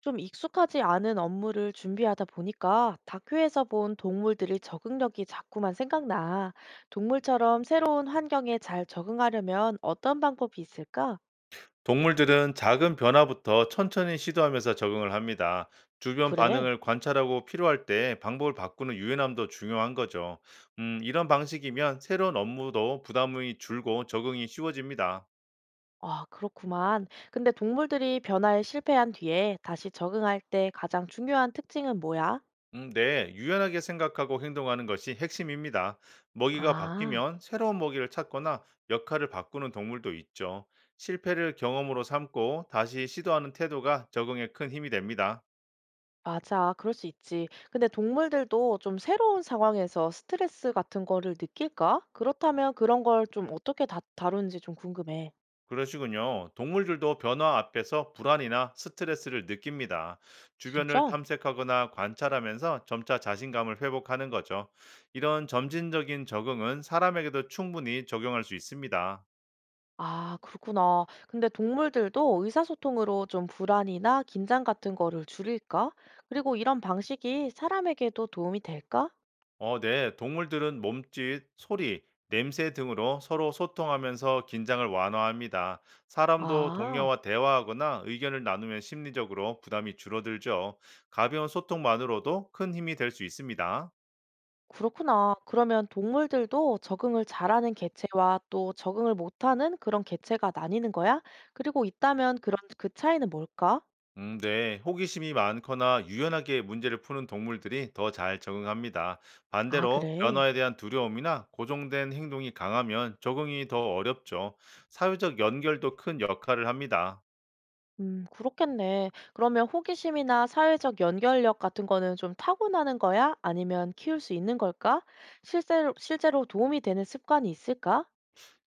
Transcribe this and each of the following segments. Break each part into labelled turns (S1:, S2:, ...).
S1: 좀 익숙하지 않은 업무를 준비하다 보니까 다큐에서 본 동물들의 적응력이 자꾸만 생각나. 동물처럼 새로운 환경에 잘 적응하려면 어떤 방법이 있을까?
S2: 동물들은 작은 변화부터 천천히 시도하면서 적응을 합니다. 주변
S1: 그래.
S2: 반응을 관찰하고 필요할 때 방법을 바꾸는 유연함도 중요한 거죠. 이런 방식이면 새로운 업무도 부담이 줄고 적응이 쉬워집니다.
S1: 아, 그렇구만. 근데 동물들이 변화에 실패한 뒤에 다시 적응할 때 가장 중요한 특징은 뭐야?
S2: 네, 유연하게 생각하고 행동하는 것이 핵심입니다. 먹이가
S1: 아,
S2: 바뀌면 새로운 먹이를 찾거나 역할을 바꾸는 동물도 있죠. 실패를 경험으로 삼고 다시 시도하는 태도가 적응에 큰 힘이 됩니다.
S1: 맞아. 그럴 수 있지. 근데 동물들도 좀 새로운 상황에서 스트레스 같은 거를 느낄까? 그렇다면 그런 걸 좀 어떻게 다루는지 좀 궁금해.
S2: 그러시군요. 동물들도 변화 앞에서 불안이나 스트레스를 느낍니다. 주변을
S1: 진짜?
S2: 탐색하거나 관찰하면서 점차 자신감을 회복하는 거죠. 이런 점진적인 적응은 사람에게도 충분히 적용할 수 있습니다.
S1: 아, 그렇구나. 근데 동물들도 의사소통으로 좀 불안이나 긴장 같은 거를 줄일까? 그리고 이런 방식이 사람에게도 도움이 될까?
S2: 네. 동물들은 몸짓, 소리, 냄새 등으로 서로 소통하면서 긴장을 완화합니다. 사람도
S1: 아,
S2: 동료와 대화하거나 의견을 나누면 심리적으로 부담이 줄어들죠. 가벼운 소통만으로도 큰 힘이 될 수 있습니다.
S1: 그렇구나. 그러면 동물들도 적응을 잘하는 개체와 또 적응을 못하는 그런 개체가 나뉘는 거야? 그리고 있다면 그런 그 차이는 뭘까?
S2: 네. 호기심이 많거나 유연하게 문제를 푸는 동물들이 더 잘 적응합니다.
S1: 아,
S2: 반대로
S1: 그래.
S2: 변화에 대한 두려움이나 고정된 행동이 강하면 적응이 더 어렵죠. 사회적 연결도 큰 역할을 합니다.
S1: 그렇겠네. 그러면 호기심이나 사회적 연결력 같은 거는 좀 타고나는 거야? 아니면 키울 수 있는 걸까? 실제로 도움이 되는 습관이 있을까?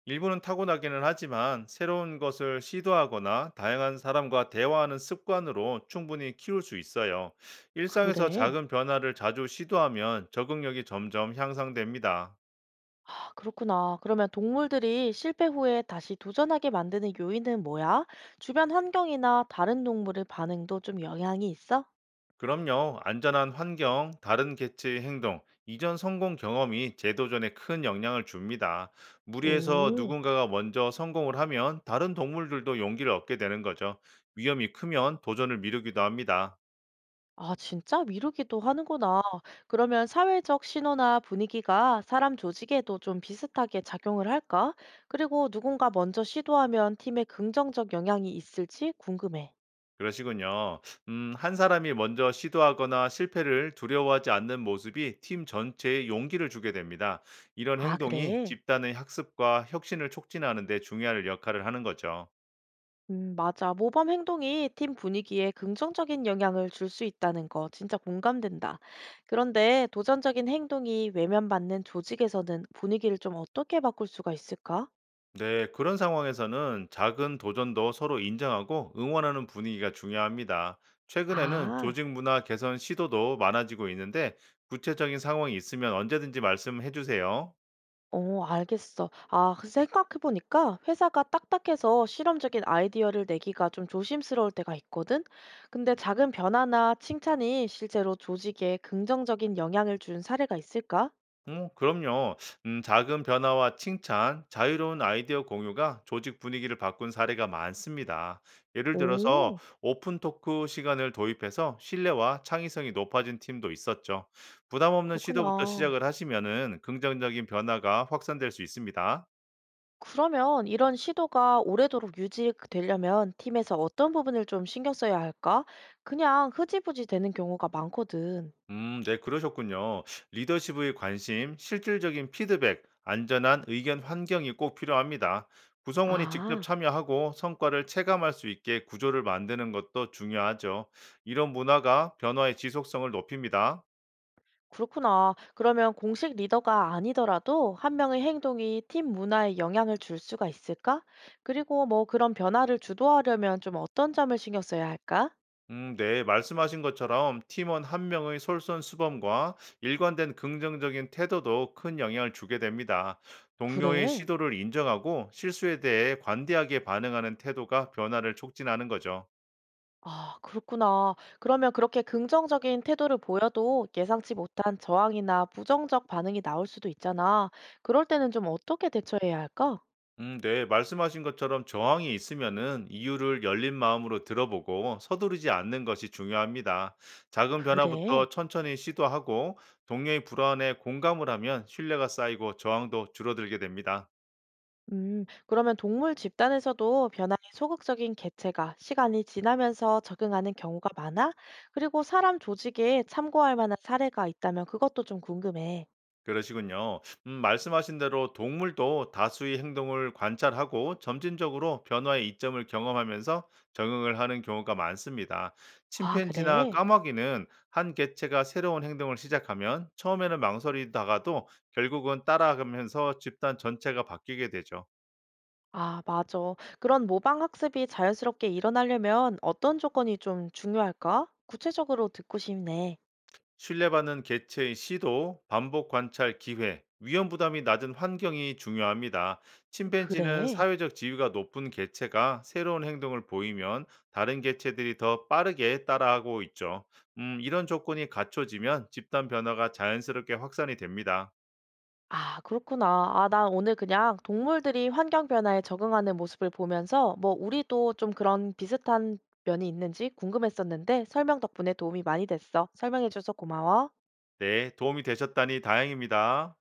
S2: 일부는 타고나기는 하지만 새로운 것을 시도하거나 다양한 사람과 대화하는 습관으로 충분히 키울 수 있어요. 일상에서
S1: 그래.
S2: 작은 변화를 자주 시도하면 적응력이 점점 향상됩니다.
S1: 아, 그렇구나. 그러면 동물들이 실패 후에 다시 도전하게 만드는 요인은 뭐야? 주변 환경이나 다른 동물의 반응도 좀 영향이 있어?
S2: 그럼요. 안전한 환경, 다른 개체의 행동, 이전 성공 경험이 재도전에 큰 영향을 줍니다. 무리해서
S1: 오.
S2: 누군가가 먼저 성공을 하면 다른 동물들도 용기를 얻게 되는 거죠. 위험이 크면 도전을 미루기도 합니다.
S1: 아, 진짜 미루기도 하는구나. 그러면 사회적 신호나 분위기가 사람 조직에도 좀 비슷하게 작용을 할까? 그리고 누군가 먼저 시도하면 팀에 긍정적 영향이 있을지 궁금해.
S2: 그러시군요. 한 사람이 먼저 시도하거나 실패를 두려워하지 않는 모습이 팀 전체에 용기를 주게 됩니다. 이런
S1: 아,
S2: 행동이
S1: 그래?
S2: 집단의 학습과 혁신을 촉진하는 데 중요한 역할을 하는 거죠.
S1: 맞아. 모범 행동이 팀 분위기에 긍정적인 영향을 줄 수 있다는 거 진짜 공감된다. 그런데 도전적인 행동이 외면받는 조직에서는 분위기를 좀 어떻게 바꿀 수가 있을까?
S2: 네, 그런 상황에서는 작은 도전도 서로 인정하고 응원하는 분위기가 중요합니다. 최근에는
S1: 아.
S2: 조직 문화 개선 시도도 많아지고 있는데 구체적인 상황이 있으면 언제든지 말씀해 주세요.
S1: 어, 알겠어. 아, 그 생각해 보니까 회사가 딱딱해서 실험적인 아이디어를 내기가 좀 조심스러울 때가 있거든. 근데 작은 변화나 칭찬이 실제로 조직에 긍정적인 영향을 준 사례가 있을까?
S2: 그럼요. 작은 변화와 칭찬, 자유로운 아이디어 공유가 조직 분위기를 바꾼 사례가 많습니다. 예를 들어서
S1: 오,
S2: 오픈 토크 시간을 도입해서 신뢰와 창의성이 높아진 팀도 있었죠. 부담 없는 시도부터
S1: 그렇구나.
S2: 시작을 하시면은 긍정적인 변화가 확산될 수 있습니다.
S1: 그러면 이런 시도가 오래도록 유지되려면 팀에서 어떤 부분을 좀 신경 써야 할까? 그냥 흐지부지 되는 경우가 많거든.
S2: 네, 그러셨군요. 리더십의 관심, 실질적인 피드백, 안전한 의견 환경이 꼭 필요합니다. 구성원이 직접
S1: 아.
S2: 참여하고 성과를 체감할 수 있게 구조를 만드는 것도 중요하죠. 이런 문화가 변화의 지속성을 높입니다.
S1: 그렇구나. 그러면 공식 리더가 아니더라도 한 명의 행동이 팀 문화에 영향을 줄 수가 있을까? 그리고 뭐 그런 변화를 주도하려면 좀 어떤 점을 신경 써야 할까?
S2: 네, 말씀하신 것처럼 팀원 한 명의 솔선수범과 일관된 긍정적인 태도도 큰 영향을 주게 됩니다. 동료의
S1: 그래.
S2: 시도를 인정하고 실수에 대해 관대하게 반응하는 태도가 변화를 촉진하는 거죠.
S1: 아, 그렇구나. 그러면 그렇게 긍정적인 태도를 보여도 예상치 못한 저항이나 부정적 반응이 나올 수도 있잖아. 그럴 때는 좀 어떻게 대처해야 할까?
S2: 네, 말씀하신 것처럼 저항이 있으면은 이유를 열린 마음으로 들어보고 서두르지 않는 것이 중요합니다. 작은
S1: 그래.
S2: 변화부터 천천히 시도하고 동료의 불안에 공감을 하면 신뢰가 쌓이고 저항도 줄어들게 됩니다.
S1: 그러면 동물 집단에서도 변화에 소극적인 개체가 시간이 지나면서 적응하는 경우가 많아? 그리고 사람 조직에 참고할 만한 사례가 있다면 그것도 좀 궁금해.
S2: 그러시군요. 말씀하신 대로 동물도 다수의 행동을 관찰하고 점진적으로 변화의 이점을 경험하면서 적응을 하는 경우가 많습니다.
S1: 아,
S2: 침팬지나
S1: 그래?
S2: 까마귀는 한 개체가 새로운 행동을 시작하면 처음에는 망설이다가도 결국은 따라가면서 집단 전체가 바뀌게 되죠.
S1: 아, 맞아. 그런 모방 학습이 자연스럽게 일어나려면 어떤 조건이 좀 중요할까? 구체적으로 듣고 싶네.
S2: 신뢰받는 개체의 시도, 반복 관찰 기회, 위험 부담이 낮은 환경이 중요합니다. 침팬지는
S1: 그래.
S2: 사회적 지위가 높은 개체가 새로운 행동을 보이면 다른 개체들이 더 빠르게 따라하고 있죠. 이런 조건이 갖춰지면 집단 변화가 자연스럽게 확산이 됩니다.
S1: 아, 그렇구나. 아, 난 오늘 그냥 동물들이 환경 변화에 적응하는 모습을 보면서 뭐 우리도 좀 그런 비슷한 면이 있는지 궁금했었는데 설명 덕분에 도움이 많이 됐어. 설명해줘서 고마워.
S2: 네, 도움이 되셨다니 다행입니다.